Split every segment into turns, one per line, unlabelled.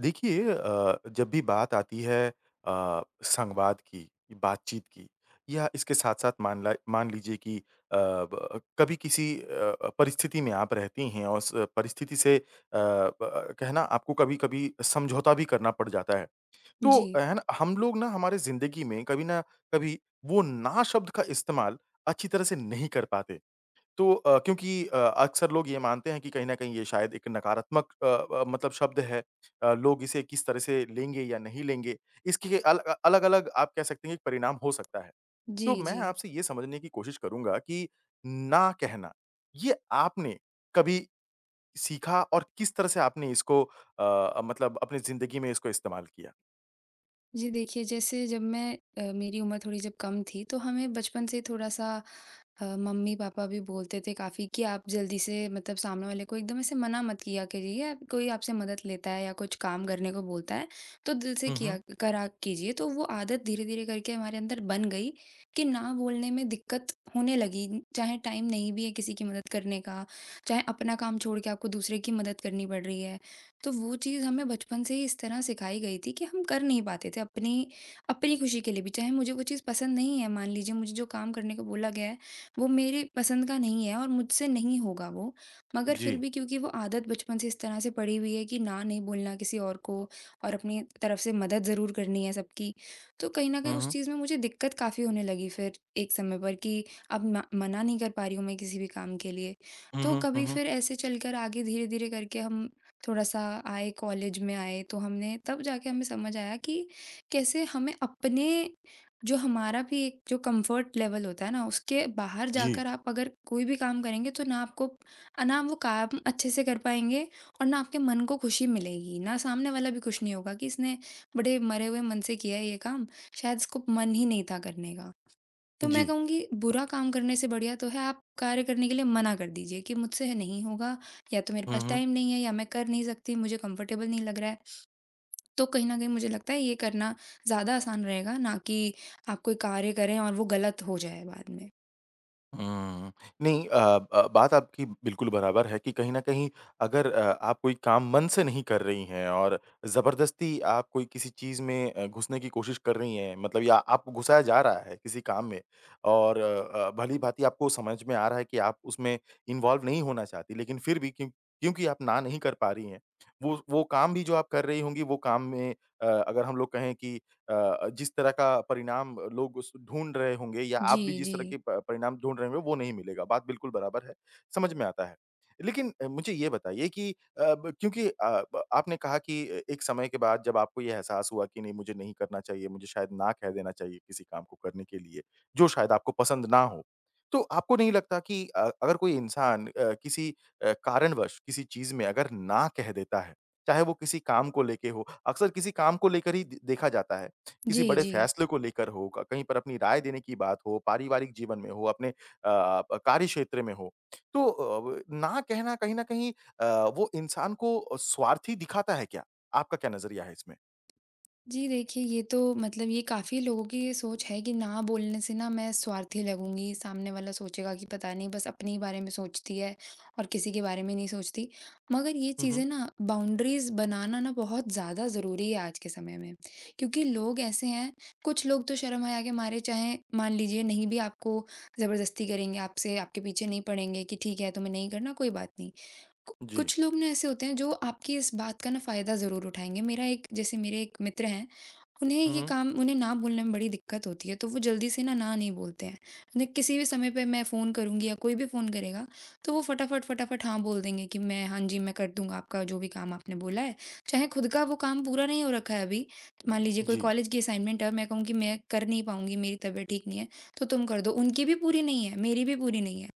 देखिए जब भी बात आती है संवाद की, बातचीत की या इसके साथ-साथ मान लीजिए कि ब कभी किसी परिस्थिति में आप रहती हैं और उस परिस्थिति से ब कहना आपको कभी-कभी समझौता भी करना पड़ जाता है। तो
जी,
है ना, हम लोग ना हमारे ज़िंदगी में कभी ना कभी वो ना शब्द का इस्तेमाल अच्छी तरह से नहीं कर पाते। क्योंकि अक्सर लोग ये मानते हैं कि कहीं न कहीं ये शायद एक नकारात्मक मतलब शब्द है। लोग इसे किस तरह से लेंगे या नहीं लेंगे, इसके अलग-अलग आप कह सकते हैं कि परिणाम हो सकता है।
जी,
तो मैं
जी।
आपसे ये समझने की कोशिश करूँगा कि ना कहना, ये आपने कभी सीखा और किस तरह से आपने इसको मतलब अपनी ज़िंदगी में इसको इस्तेमाल किया?
जी, देखिए, जैसे जब मेरी उम्र थोड़ी जब कम थी, तो हमें बचपन से थोड़ा-सा मम्मी-पापा भी बोलते थे काफ़ी कि आप जल्दी से मतलब सामने वाले को एकदम ऐसे मना मत किया करिए, कोई आपसे मदद लेता है या कुछ काम करने को बोलता है, तो दिल से
हुँ,
किया
हुँ।
करा कीजिए। तो वो आदत धीरे-धीरे करके हमारे अंदर बन गई कि ना बोलने में दिक्कत होने लगी, चाहे टाइम नहीं भी है किसी की मदद करने का, चाहे अपना काम छोड़ के आपको दूसरे की मदद करनी पड़ रही है। तो वो चीज़ हमें बचपन से ही इस तरह सिखाई गई थी कि हम कर नहीं पाते थे अपनी अपनी खुशी के लिए भी। चाहे मुझे वो चीज़ पसंद नहीं है, मान लीजिए मुझे जो काम करने को बोला गया है, वो मेरे पसंद का नहीं है और मुझसे नहीं होगा वो। मगर फिर
जी।
भी क्योंकि वो आदत बचपन से इस तरह से पड़ी हुई है कि ना नहीं बोलना किसी और को और अपनी तरफ से मदद ज़रूर करनी है सबकी। तो कहीं न कहीं
हुँ,
उस
हुँ।
चीज़ में मुझे दिक्कत काफ़ी होने लगी फिर एक समय पर कि अब म मना नहीं कर पा रही हूँ मैं किसी भी काम के लिए।
हुँ,
तो
हुँ। हुँ,
कभी
हुँ।
फिर ऐसे चलकर आगे धीरे-धीरे करके हम थोड़ा-सा आए कॉलेज में आए, तो हमने तब जाके हमें समझ आया कि कैसे हमें अपने, जो हमारा भी एक जो कंफर्ट लेवल होता है ना, उसके बाहर
जी।
जाकर आप अगर कोई भी काम करेंगे, तो ना आपको ना आप वो काम अच्छे से कर पाएँगे, और ना आपके मन को खुशी मिलेगी, ना सामने वाला भी खुश नहीं होगा कि इसने बड़े मरे हुए मन से किया है ये काम, शायद इसको मन ही नहीं था करने का। तो मैं
जी।
कहूँगी, बुरा काम करने से बढ़िया तो है, आप कार्य करने के लिए मना कर दीजिए कि मुझसे है नहीं होगा, या तो मेरे
हुँ,
पास
हुँ।
टाइम नहीं है, या मैं कर नहीं सकती, मुझे कंफर्टेबल नहीं लग रहा है। तो कहीं न कहीं मुझे लगता है ये करना ज़्यादा आसान रहेगा, ना कि आप कोई कार्य करें और वो गलत हो जाए बाद में।
हुँ। नहीं, बात आपकी बिल्कुल बराबर है कि कहीं न कहीं अगर आप कोई काम मन से नहीं कर रही हैं और ज़बरदस्ती आप कोई किसी चीज़ में घुसने की कोशिश कर रही हैं मतलब या आपको घुसाया जा रहा है किसी काम में और भली-भाँति आपको समझ में आ रहा है कि आप उसमें इन्वॉल्व नहीं होना चाहती लेकिन फिर भी क्यों क्योंकि आप ना नहीं कर पा रही हैं, वो काम भी जो आप कर रही होंगी वो काम में अगर हम लोग कहें कि जिस तरह का परिणाम लोग उस ढूँढ रहे होंगे या
जी,
आप भी जिस
जी।
तरह के प परिणाम ढूँढ रहे होंगे वो नहीं मिलेगा, बात बिल्कुल बराबर है, समझ में आता है। लेकिन मुझे ये बताइए कि ब क्योंकि ब आपने कहा कि ए एक समय के बाद जब आपको ये एहसास हुआ कि नहीं मुझे नहीं करना चाहिए, मुझे शायद ना कह देना चाहिए किसी काम को करने के लिए, जो शायद आपको पसंद ना हो। तो आपको नहीं लगता कि अगर कोई इंसान किसी कारणवश किसी चीज़ में अगर ना कह देता है, चाहे वो किसी काम को लेके हो, अक्सर किसी काम को लेकर ही द देखा जाता है किसी
जी,
बड़े
जी।
फ़ैसले को लेकर हो, क कहीं पर अपनी राय देने की बात हो, पारिवारिक जीवन में हो, अपने प कार्य क्षेत्र में हो। तो ना कहना कहीं न कहीं अ, वो इंसान को स्वार्थी दिखाता है क्या? आपका क्या नज़रिया है इसमें?
जी, देखिए, ये तो मतलब ये काफ़ी लोगों की ये सोच है कि ना बोलने से ना मैं स्वार्थी लगूँगी, सामने वाला सोचेगा कि पता नहीं, बस अपने ही बारे में सोचती है और किसी के बारे में नहीं सोचती। मगर ये
हुँ, हुँ।
चीज़ें ना, बाउंड्रीज़ बनाना ना, बहुत ज़्यादा ज़रूरी है आज के समय में। क्योंकि लोग ऐसे हैं, कुछ लोग तो शर्म हया के मारे, चाहे मान लीजिए नहीं भी, आपको ज़बरदस्ती करेंगे, आपसे, आपके पीछे नहीं पड़ेंगे कि ठीक है, तुम्हें नहीं करना, कोई बात नहीं। कु
जी।
कुछ लोग ना ऐसे होते हैं जो आपकी इस बात का ना फ़ायदा ज़रूर उठाएँगे। मेरा एक जैसे मेरे एक मित्र हैं, उन्हें
हुँ,
ये
हुँ।
काम उन्हें ना बोलने में बड़ी दिक्कत होती है, तो वो जल्दी से ना, ना नहीं बोलते हैं। उन्हें किसी भी समय पे मैं फ़ोन करूँगी या कोई भी फ़ोन करेगा, तो वो फटाफट, फटाफट हाँ बोल देंगे कि मैं, हाँ जी, मैं कर दूँगा आपका जो भी काम आपने बोला है। चाहे खुद का वो काम पूरा नहीं हो रखा है अभी, मान लीजिए कोई
जी।
कॉलेज की असाइनमेंट है और मैं कहूँ कि मैं कर नहीं पाऊँगी, मेरी तबीयत ठीक नहीं है, तो तुम कर दो। उनकी भी पूरी नहीं है, मेरी भी पूरी नहीं है,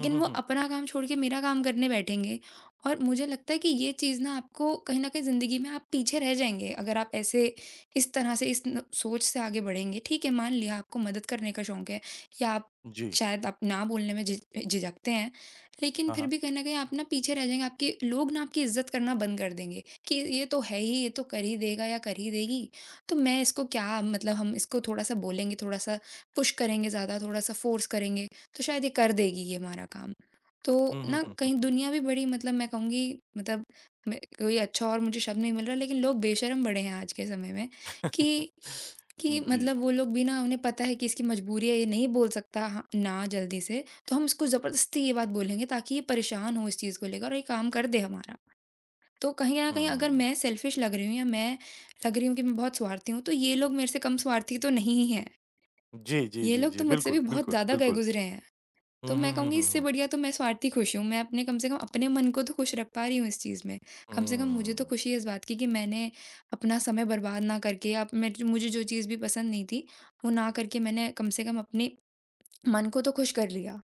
हुँ, हुँ,
वो
हुँ।
अपना काम छोड़ के मेरा काम करने बैठेंगे। और मुझे लगता है कि ये चीज़ ना, आपको कहीं न कहीं ज़िंदगी में आप पीछे रह जाएँगे, अगर आप ऐसे इस तरह से इस न सोच से आगे बढ़ेंगे। ठीक है, मान लिया आपको मदद करने का शौक है, या आप
जी।
शायद, आप ना बोलने में झिझकते हैं, लेकिन
हाँ,
फिर
हाँ।
भी कहीं न कहीं आप ना पीछे रह जाएँगे, आपके लोग ना आपकी इज़्ज़त करना बंद कर देंगे कि ये तो है ही, ये तो कर ही देगा या कर ही देगी, तो मैं इसको क्या, मतलब हम इसको थोड़ा-सा बोलेंगे, थोड़ा-सा पुश करेंगे ज़्यादा, थोड़ा-सा फ़ोर्स करेंगे, तो शायद ये कर देगी ये हमारा काम। तो
हुँ, हुँ,
ना,
हुँ, हुँ,
कहीं
हुँ।
दुनिया भी बड़ी, मतलब मैं कहूँगी, मतलब मैं कोई अच्छा, और मुझे शब्द नहीं मिल रहा, लेकिन लोग बेशर्म बड़े हैं आज के समय में, कि कि
जी।
मतलब वो लोग भी ना, उन्हें पता है कि इसकी मजबूरी है, ये नहीं बोल सकता ह ना जल्दी से, तो हम इसको ज़बरदस्ती ये बात बोलेंगे, ताकि ये परेशान हो इस चीज़ को लेकर और ये काम कर दे हमारा। तो कहीं न कहीं, अगर
हुँ।
मैं सेल्फिश लग रही हूँ, या मैं लग रही हूँ कि मैं बहुत स्वार्थी हूँ, तो ये लोग मेरे से कम स्वार्थी तो नहीं ही हैं।
जी, जी,
ये
जी,
लोग
जी।
तो मुझसे भी
बिल्कुल,
बहुत
बिल्कुल,
ज़्यादा गए
बिल्कुल।
गुज़रे हैं।
हुँ,
तो
हुँ,
मैं
हुँ,
कहूँगी,
हुँ,
इससे
हुँ।
बढ़िया तो मैं स्वार्थी खुश हूँ। मैं अपने, कम से कम अपने मन को तो खुश रख पा रही हूँ इस चीज़ में। कम से कम मुझे तो
हुँ।
खुशी है इस बात की कि मैंने अपना समय बर्बाद ना करके, अब मैं, मुझे जो चीज़ भी पसंद नहीं थी, वो ना करके, मैंने कम से कम अपने मन को तो खुश कर लिया।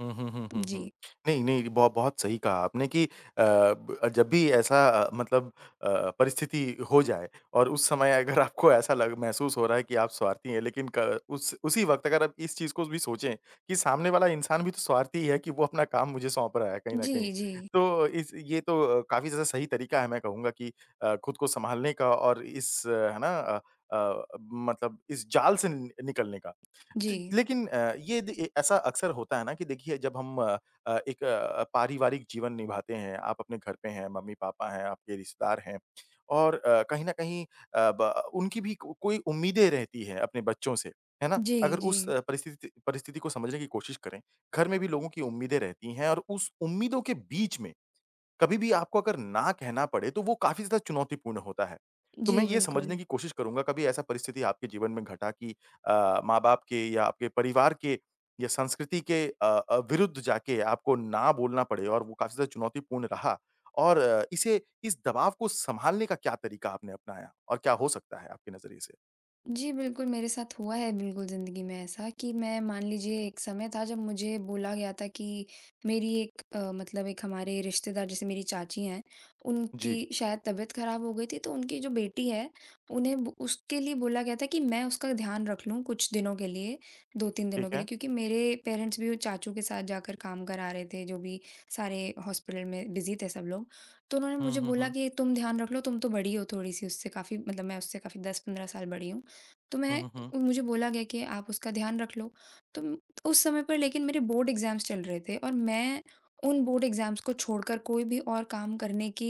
हुँ, हुँ, हुँ, हुँ,
जी।
हुँ। नहीं, नहीं, बहुत सही कहा आपने कि ब जब भी ऐसा मतलब अ, परिस्थिति हो जाए और उस समय अगर आपको ऐसा लग महसूस हो रहा है कि आप स्वार्थी हैं, लेकिन क उस उसी वक़्त अगर आप इस चीज़ को भी सोचें कि सामने वाला इंसान भी तो स्वार्थी ही है कि वो अपना काम मुझे सौंप रहा है कहीं न
जी,
कहीं।
जी।
तो इस ये तो काफ़ी ज़्यादा सही तरीका है मैं कहूँगा कि खुद को सँभालने का और इस अ, है ना अ अ, मतलब इस जाल से नि निकलने का।
जी।
च लेकिन ये दे ए ऐसा अक्सर होता है ना कि देखिए जब हम एक पारिवारिक जीवन निभाते हैं, आप अपने घर पे हैं, मम्मी-पापा हैं, आपके रिश्तेदार हैं और कहीं न कहीं ब उनकी भी को कोई उम्मीदें रहती हैं अपने बच्चों से, है ना?
जी,
अगर
जी।
उस
जी,
परिस्थिति परिस्थिति को समझने की कोशिश करें, घर में भी लोगों की उम्मीदें रहती हैं और उस उम्मीदों के बीच में कभी भी आपको अगर ना कहना पड़े, तो वो काफ़ी ज़्यादा चुनौतीपूर्ण होता है। तो
जी,
मैं ये
बिल्कुल।
समझने की कोशिश करूँगा कभी ऐसा परिस्थिति आपके जीवन में घटा कि माँ-बाप के या आपके परिवार के या संस्कृति के विरुद्ध जाके आपको ना बोलना पड़े और वो काफ़ी ज़्यादा चुनौतीपूर्ण रहा और इसे इस दबाव को सँभालने का क्या तरीका आपने अपनाया और क्या हो सकता है आपके नज़रिए से?
जी, बिल्कुल, मेरे साथ हुआ है, बिल्कुल ज़िंदगी में ऐसा कि मैं, मान लीजिए एक समय था जब मुझे बोला गया था कि मेरी मतलब, एक हमारे रिश्तेदार जैसे मेरी चाची हैं,
जी,
उनकी शायद तबीयत ख़राब हो गई थी, तो उनकी जो बेटी है, उन्हें ब उसके लिए बोला गया था कि मैं उसका ध्यान रख लूँ कुछ दिनों के लिए, 2-3 दिनों
ठीक
के
है।
लिए, क्योंकि मेरे पेरेंट्स भी वो चाचू के साथ जाकर काम करा रहे थे, जो भी, सारे हॉस्पिटल में बिज़ी थे सब लोग। तो उन्होंने
हुँ,
मुझे
हुँ,
बोला
हुँ।
कि तुम ध्यान रख लो, तुम तो बड़ी हो थोड़ी-सी उससे, काफ़ी, मतलब मैं उससे काफ़ी 10-15 साल बड़ी हूँ। तो
हुँ,
मैं
हुँ, हुँ।
मुझे बोला गया कि आप उसका ध्यान रख लो। तो म- उस समय पर लेकिन मेरे बोर्ड एग्ज़ाम्स चल रहे थे, और मैं उन बोर्ड एग्ज़ाम्स को छोड़कर कोई भी और काम करने की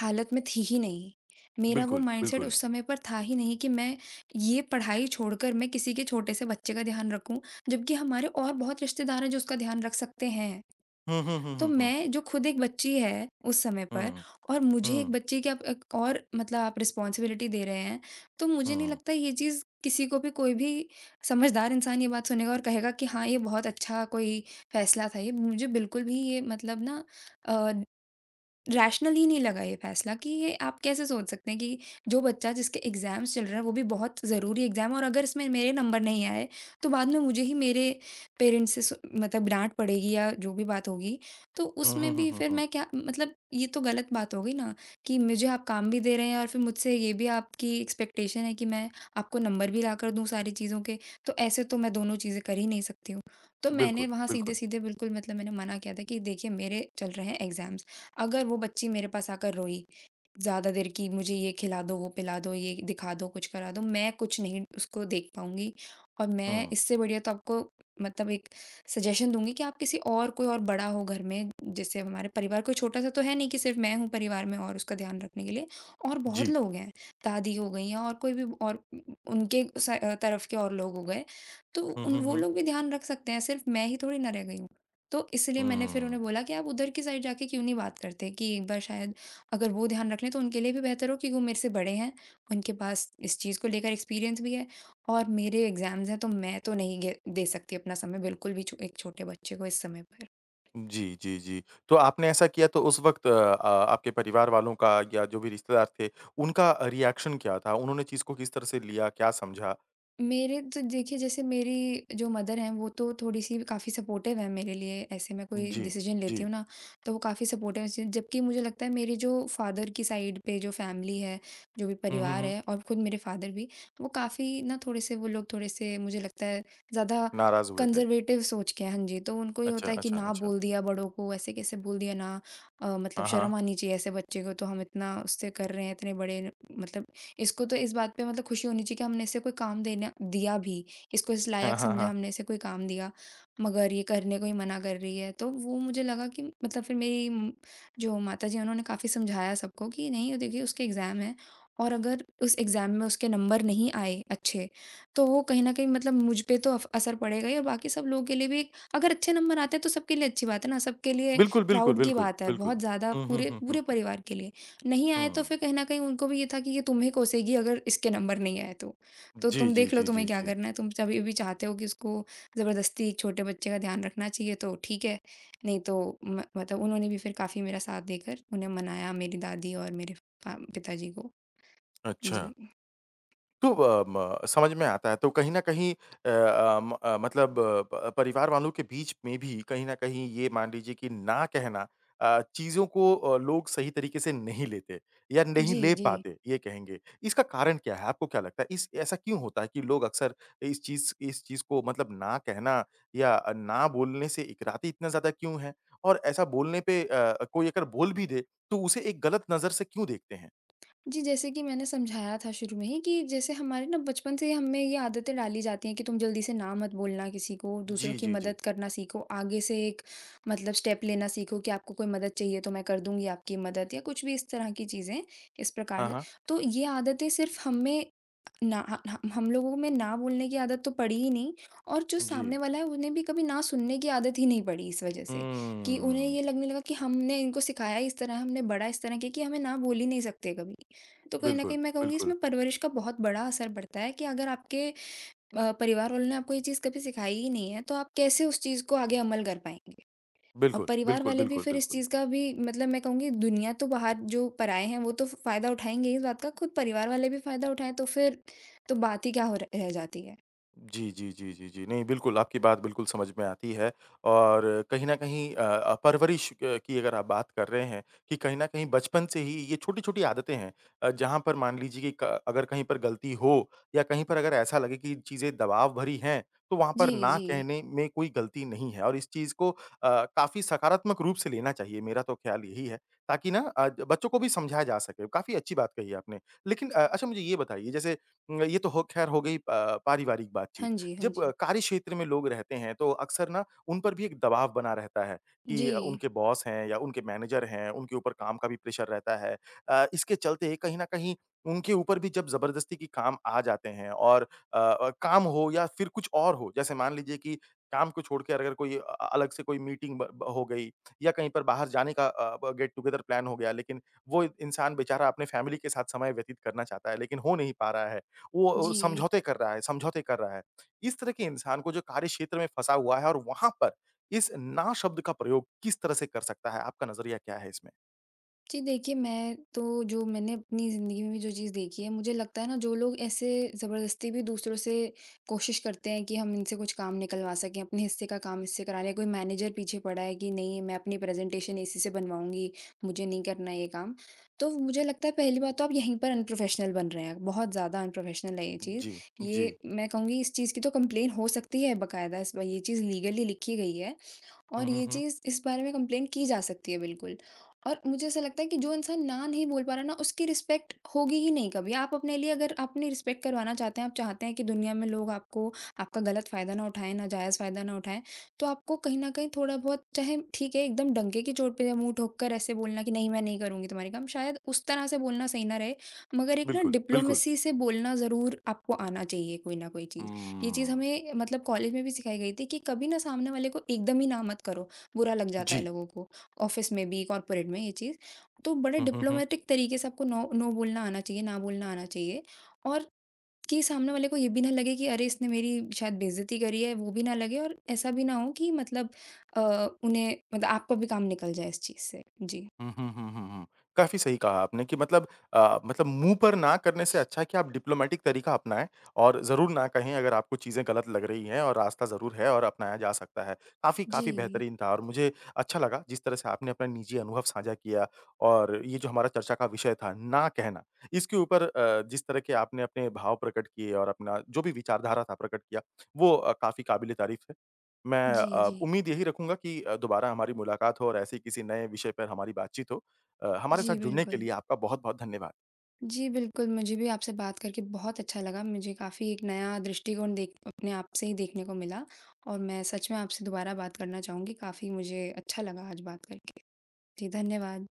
हालत में थी ही नहीं। मेरा वो
बिल्कुल,
माइंडसेट
बिल्कुल।
उस समय पर था ही नहीं कि मैं ये पढ़ाई छोड़कर मैं किसी के छोटे से बच्चे का ध्यान रखूँ, जबकि हमारे और बहुत रिश्तेदार हैं जो उसका ध्यान रख सकते हैं।
हुँ, हुँ, हुँ,
तो
हुँ, हुँ।
मैं जो खुद एक बच्ची है उस समय पर,
हुँ,
और
हुँ,
मुझे एक
हुँ,
बच्चे की आप एक और, मतलब आप रिस्पॉन्सिबिलिटी दे रहे हैं, तो मुझे नहीं
हुँ।
लगता ये चीज़ किसी को भी, कोई भी समझदार इंसान ये बात सुनेगा और कहेगा कि हाँ, ये बहुत अच्छा कोई फैसला था ये। मुझे बिल्कुल भी ये, मतलब ना अ, रैशनल ही नहीं लगा ये फ़ैसला कि ये आप कैसे सोच सकते हैं कि जो बच्चा जिसके एग्ज़ाम्स चल रहे हैं, वो भी बहुत ज़रूरी एग्ज़ाम है, और अगर इसमें मेरे नंबर नहीं आए, तो बाद में मुझे ही मेरे पेरेंट्स से सु मतलब डाँट पड़ेगी या जो भी बात होगी। तो
हुँ, हुँ,
उसमें
हुँ,
भी
हुँ,
फिर
हुँ।
मैं क्या, मतलब ये तो गलत बात हो गई ना कि मुझे आप काम भी दे रहे हैं और फिर मुझसे ये भी आपकी एक्सपेक्टेशन है कि मैं आपको नंबर भी लाकर दूँ सारी चीज़ों के, तो ऐसे तो मैं दोनों चीज़ें कर ही नहीं सकती हूँ। तो मैंने
बिल्कुल।
वहाँ
बिल्कुल,
सीधे-सीधे बिल्कुल, मतलब मैंने मना किया था कि देखिए मेरे चल रहे हैं एग्ज़ाम्स। अगर वो बच्ची मेरे पास आकर रोई, ज़्यादा देर की, मुझे ये खिला दो, वो पिला दो, ये दिखा दो, कुछ करा दो, मैं कुछ नहीं उसको देख पाऊँगी, और मैं,
हुँ।
इससे बढ़िया तो आपको, मतलब एक सजेशन दूँगी कि आप किसी और, कोई और बड़ा हो घर में, जैसे हमारे परिवार कोई छोटा-सा तो है नहीं कि सिर्फ़ मैं हूँ परिवार में और उसका ध्यान रखने के लिए और बहुत
जी।
लोग हैं, दादी हो गई हैं और कोई भी और तरफ के और लोग हो गए, तो
हुँ,
उन
हुँ,
वो
हुँ।
लोग भी ध्यान रख सकते हैं, सिर्फ़ मैं ही थोड़ी ना रह गई हूँ। तो इसलिए मैंने फिर
हुँ।
उन्हें बोला कि आप उधर की साइड जाके क्यों नहीं बात करते, कि एक बार शायद अगर वो ध्यान रख लें तो उनके लिए भी बेहतर हो, क्योंकि वो मेरे से बड़े हैं, उनके पास इस चीज़ को लेकर एक्सपीरियंस भी है, और मेरे एग्ज़ाम्स हैं, तो मैं तो नहीं गे दे सकती अपना समय बिल्कुल भी, छो एक छोटे बच्चे को इस समय पर।
जी, जी, जी। तो आपने ऐसा किया तो उस वक़्त आपके परिवार वालों का या जो भी रिश्तेदार थे, उनका रिएक्शन क्या था? उन्होंने चीज़ को किस तरह से लिया, क्या समझा?
मेरे तो देखिए, जैसे मेरी जो मदर हैं वो तो थोड़ी-सी, काफ़ी सपोर्टिव हैं मेरे लिए, ऐसे मैं कोई
जी,
डिसीजन
जी।
लेती हूँ ना, तो वो काफ़ी सपोर्टिव हैं। जबकि मुझे लगता है मेरी जो फादर की साइड पे जो फैमिली है, जो भी
हुँ, हुँ,
परिवार
हुँ।
है और खुद मेरे फादर भी, वो काफ़ी ना थोड़े-से, वो लोग थोड़े-से मुझे लगता है ज़्यादा
नाराज़ हुए थे।
कंज़र्वेटिव सोच के हैं। हाँ जी, तो उनको ये
अच्छा,
होता है कि
अच्छा,
ना
अच्छा।
बोल दिया बड़ों को, ऐसे कैसे बोल दिया ना। मतलब
हाँ, हाँ।
शर्म आनी चाहिए, ऐसे बच्चे को तो हम इतना उससे कर रहे हैं, इतने बड़े, मतलब इसको तो इस बात पे मतलब खुशी होनी चाहिए कि हमने इसे कोई काम देना दिया भी, इसको इस
हाँ,
लायक
हाँ,
समझा,
हाँ।
हमने इसे कोई काम दिया, मगर ये करने को ही मना कर रही है। तो वो मुझे लगा कि मतलब फिर मेरी जो माताजी हैं उन्होंने काफ़ी समझाया सबको कि नहीं, देखिए, उसके एग्ज़ाम हैं और अगर उस एग्ज़ाम में उसके नंबर नहीं आए अच्छे, तो वो कहीं न कहीं मतलब मुझ पे तो अफ असर पड़ेगा ही, और बाकी सब लोगों के लिए भी अगर अच्छे नंबर आते हैं तो सबके लिए अच्छी बात है ना, सबके लिए
बिल्कुल, बिल्कुल,
प्राउड की
बिल्कुल,
बात है,
बिल्कुल।
बहुत ज़्यादा
हुँ, हुँ,
पूरे
हुँ, हुँ,
पूरे
हुँ।
परिवार के लिए। नहीं आए तो
हुँ।
फिर कहीं न कहीं उनको भी ये था कि ये तुम्हें कोसेगी अगर इसके नंबर नहीं आए तो। तो
जी,
तुम
जी,
देख लो
जी, जी,
तुम्हें क्या
जी।
करना है, तुम तभी भी चाहते हो कि उसको ज़बरदस्ती एक छोटे बच्चे का ध्यान रखना चाहिए तो ठीक है, नहीं तो म मतलब उन्होंने भी फिर काफ़ी मेरा साथ देकर उन्हें मनाया, मेरी दादी और मेरे पा पिताजी को।
अच्छा।
जी।
तो अ, म समझ में आता है। तो कहीं न कहीं मतलब प परिवार वालों के बीच में भी कहीं न कहीं ये मान लीजिए कि ना कहना चीज़ों को लोग सही तरीके से नहीं लेते या नहीं
जी,
ले
जी।
पाते, ये कहेंगे। इसका कारण क्या है? आपको क्या लगता है? इस ऐसा क्यों होता है कि लोग अक्सर इस चीज़ को मतलब ना कहना या ना बोलने से इकराते इतना ज़्यादा क्यों हैं? और ऐसा बोलने पे कोई अगर बोल भी दे, तो उसे एक गलत नज़र से क्यों देखते हैं?
जी, जैसे कि मैंने समझाया था शुरू में ही कि जैसे हमारे ना बचपन से ही हमें ये आदतें डाली जाती हैं कि तुम जल्दी से ना मत बोलना किसी को, दूसरों
जी,
की
जी, जी।
मदद करना सीखो, आगे से एक मतलब स्टेप लेना सीखो कि आपको कोई मदद चाहिए तो मैं कर दूँगी आपकी मदद, या कुछ भी इस तरह की चीज़ें, इस प्रकार
हाँ,
से।
हाँ।
तो ये आदतें सिर्फ़ हमें ना ह ह हम लोगों में ना बोलने की आदत तो पड़ी ही नहीं, और जो
जी।
सामने वाला है उन्हें भी कभी ना सुनने की आदत ही नहीं पड़ी इस वज़ह से, कि उन्हें
हुँ।
ये लगने लगा कि हमने इनको सिखाया इस तरह, हमने बड़ा इस तरह किया कि हमें ना बोल ही नहीं सकते कभी। तो कहीं न
बिल्कुल,
कहीं मैं कहूँगी
बिल्कुल,
इसमें परवरिश का बहुत बड़ा असर पड़ता है कि अगर आपके परिवार वालों ने आपको ये चीज़ कभी सिखाई ही नहीं है, तो आप कैसे उस चीज़ को आगे अमल कर पाएँगे? और
बिल्कुल,
परिवार
बिल्कुल,
वाले भी
बिल्कुल,
फिर इस
बिल्कुल।
चीज़ का भी मतलब, मैं कहूँगी, दुनिया तो बाहर जो पराए हैं वो तो फ़ायदा उठाएँगे ही इस बात का, खुद परिवार वाले भी फ़ायदा उठाएँ तो फिर तो बात ही क्या हो रह रह जाती है।
जी, जी, जी, जी, जी। नहीं, बिल्कुल, आपकी बात बिल्कुल समझ में आती है और कहीं न कहीं परवरिश क की अगर आप बात कर रहे हैं कि कहीं न कहीं बचपन से ही ये छोटी-छोटी आदतें हैं जहाँ पर मान लीजिए कि क अगर कहीं पर गलती हो या कहीं पर अगर ऐसा लगे कि चीज़ें दबाव भरी हैं, तो वहाँ
जी,
पर ना
जी।
कहने में कोई गलती नहीं है और इस चीज़ को काफ़ी सकारात्मक रूप से लेना चाहिए, मेरा तो ख़्याल यही है, ताकि ना बच्चों को भी समझाया जा सके। काफ़ी अच्छी बात कही आपने। लेकिन अच्छा मुझे ये बताइए जैसे ये तो हो खैर हो गई पारिवारिक बातचीत।
हाँ जी, हाँ
जब
जी।
कार्य क्षेत्र में लोग रहते हैं तो अक्सर ना उन पर भी एक दबाव बना रहता है कि
जी,
उनके बॉस हैं या उनके मैनेजर हैं, उनके ऊपर काम का भी प्रेशर रहता है। इसके चलते कहीं न कहीं उनके ऊपर भी जब ज़बरदस्ती के काम आ जाते हैं और काम हो या फिर कुछ और हो, जैसे मान लीजिए कि काम को छोड़ के अगर कोई अलग से कोई मीटिंग ब ब हो गई या कहीं पर बाहर जाने का ब गेट टुगेदर प्लान हो गया, लेकिन वो इंसान बेचारा अपने फैमिली के साथ समय व्यतीत करना चाहता है, लेकिन हो नहीं पा रहा है। वो
जी।
समझौते कर रहा है। इस तरह के इंसान को जो कार्य क्षेत्र में फँसा हुआ है और वहाँ पर इस ना शब्द का प्रयोग किस तरह से कर सकता है? आपका नज़रिया क्या है इसमें?
जी, देखिए, मैं तो जो मैंने अपनी ज़िंदगी में भी जो चीज़ देखी है, मुझे लगता है ना, जो लोग ऐसे ज़बरदस्ती भी दूसरों से कोशिश करते हैं कि हम इनसे कुछ काम निकलवा सकें, अपने हिस्से का काम इससे करा लें, कोई मैनेजर पीछे पड़ा है कि नहीं मैं अपनी प्रेज़ेंटेशन इसी से बनवाऊँगी, मुझे नहीं करना ये काम। तो मुझे लगता है पहली बात तो आप यहीं पर अनप्रोफ़ेशनल बन रहे हैं, बहुत ज़्यादा अनप्रोफ़ेशनल है ये चीज़।
जी, जी।
ये मैं कहूँगी इस चीज़ की तो कंप्लेन हो सकती है बकायदा, इस ब ये चीज़ लीगली लिखी गई है।
हुँ,
और
हुँ,
ये
हुँ।
चीज़ इस बारे में कंप्लेन की जा सकती है बिल्कुल। और मुझे ऐसा लगता है कि जो इंसान ना नहीं बोल पा रहा ना, उसकी रिस्पेक्ट होगी ही नहीं कभी। आप अपने लिए अगर अपनी रिस्पेक्ट करवाना चाहते हैं, आप चाहते हैं कि दुनिया में लोग आपको, आपका गलत फ़ायदा ना उठाएँ, नाजायज़ फ़ायदा ना उठाएँ, तो आपको कहीं न कहीं थोड़ा बहुत, चाहे ठीक है एकदम डंके की चोट पे या मुँह ठोक कर, ऐसे बोलना कि नहीं मैं नहीं करूँगी तुम्हारे काम, शायद उस तरह से बोलना सही ना रहे। मगर एक ना
बिल्कुल, बिल्कुल।
डिप्लोमेसी से बोलना ज़रूर आपको आना चाहिए, कोई ना कोई चीज़। ये चीज़
हुँ।
हमें मतलब कॉलेज में भी सिखाई गई थी कि कभी ना सामने वाले को एकदम ही ना मत करो, बुरा लग जाता है
जी।
लोगों को। ऑफ़िस में भी, कॉर्पोरेट में ये चीज़। तो बड़े
हुँ, हुँ, हुँ।
डिप्लोमैटिक तरीके से आपको नो नो बोलना आना चाहिए, ना बोलना आना चाहिए, और कि सामने वाले को ये भी ना लगे कि अरे इसने मेरी शायद बेइज़्ज़ती करी है, वो भी ना लगे, और ऐसा भी ना हो कि मतलब अ, उन्हें मतलब आपका भी काम निकल जाए इस चीज़ से। जी।
हुँ, हुँ, हुँ, हुँ, हुँ। काफ़ी सही कहा आपने कि मतलब मतलब मुँह पर ना करने से अच्छा है कि आप डिप्लोमैटिक तरीका अपनाएँ और ज़रूर ना कहें अगर आपको चीज़ें गलत लग रही हैं और रास्ता ज़रूर है और अपनाया जा सकता है। काफ़ी काफ़ी
जी।
बेहतरीन था और मुझे अच्छा लगा जिस तरह से आपने अपना निजी अनुभव साझा किया और ये जो हमारा चर्चा का विषय था ना कहना, इसके ऊपर जिस तरह के आपने अपने भाव प्रकट किए और अपना जो भी विचारधारा था प्रकट किया, वो काफ़ी काबिल-ए-तारीफ़ है। मैं
जी, जी।
उम्मीद यही रखूँगा कि दोबारा हमारी मुलाकात हो और ऐसे ही किसी नए विषय पर हमारी बातचीत हो। हमारे साथ
जी,
जुड़ने के
बिल्कुल।
लिए आपका बहुत-बहुत धन्यवाद।
जी, बिल्कुल, मुझे भी आपसे बात करके बहुत अच्छा लगा। मुझे काफ़ी एक नया दृष्टिकोण देख अपने आप से ही देखने को मिला, और मैं सच में आपसे दोबारा बात करना चाहूँगी। काफ़ी मुझे अच्छा लगा आज बात करके। जी, धन्यवाद।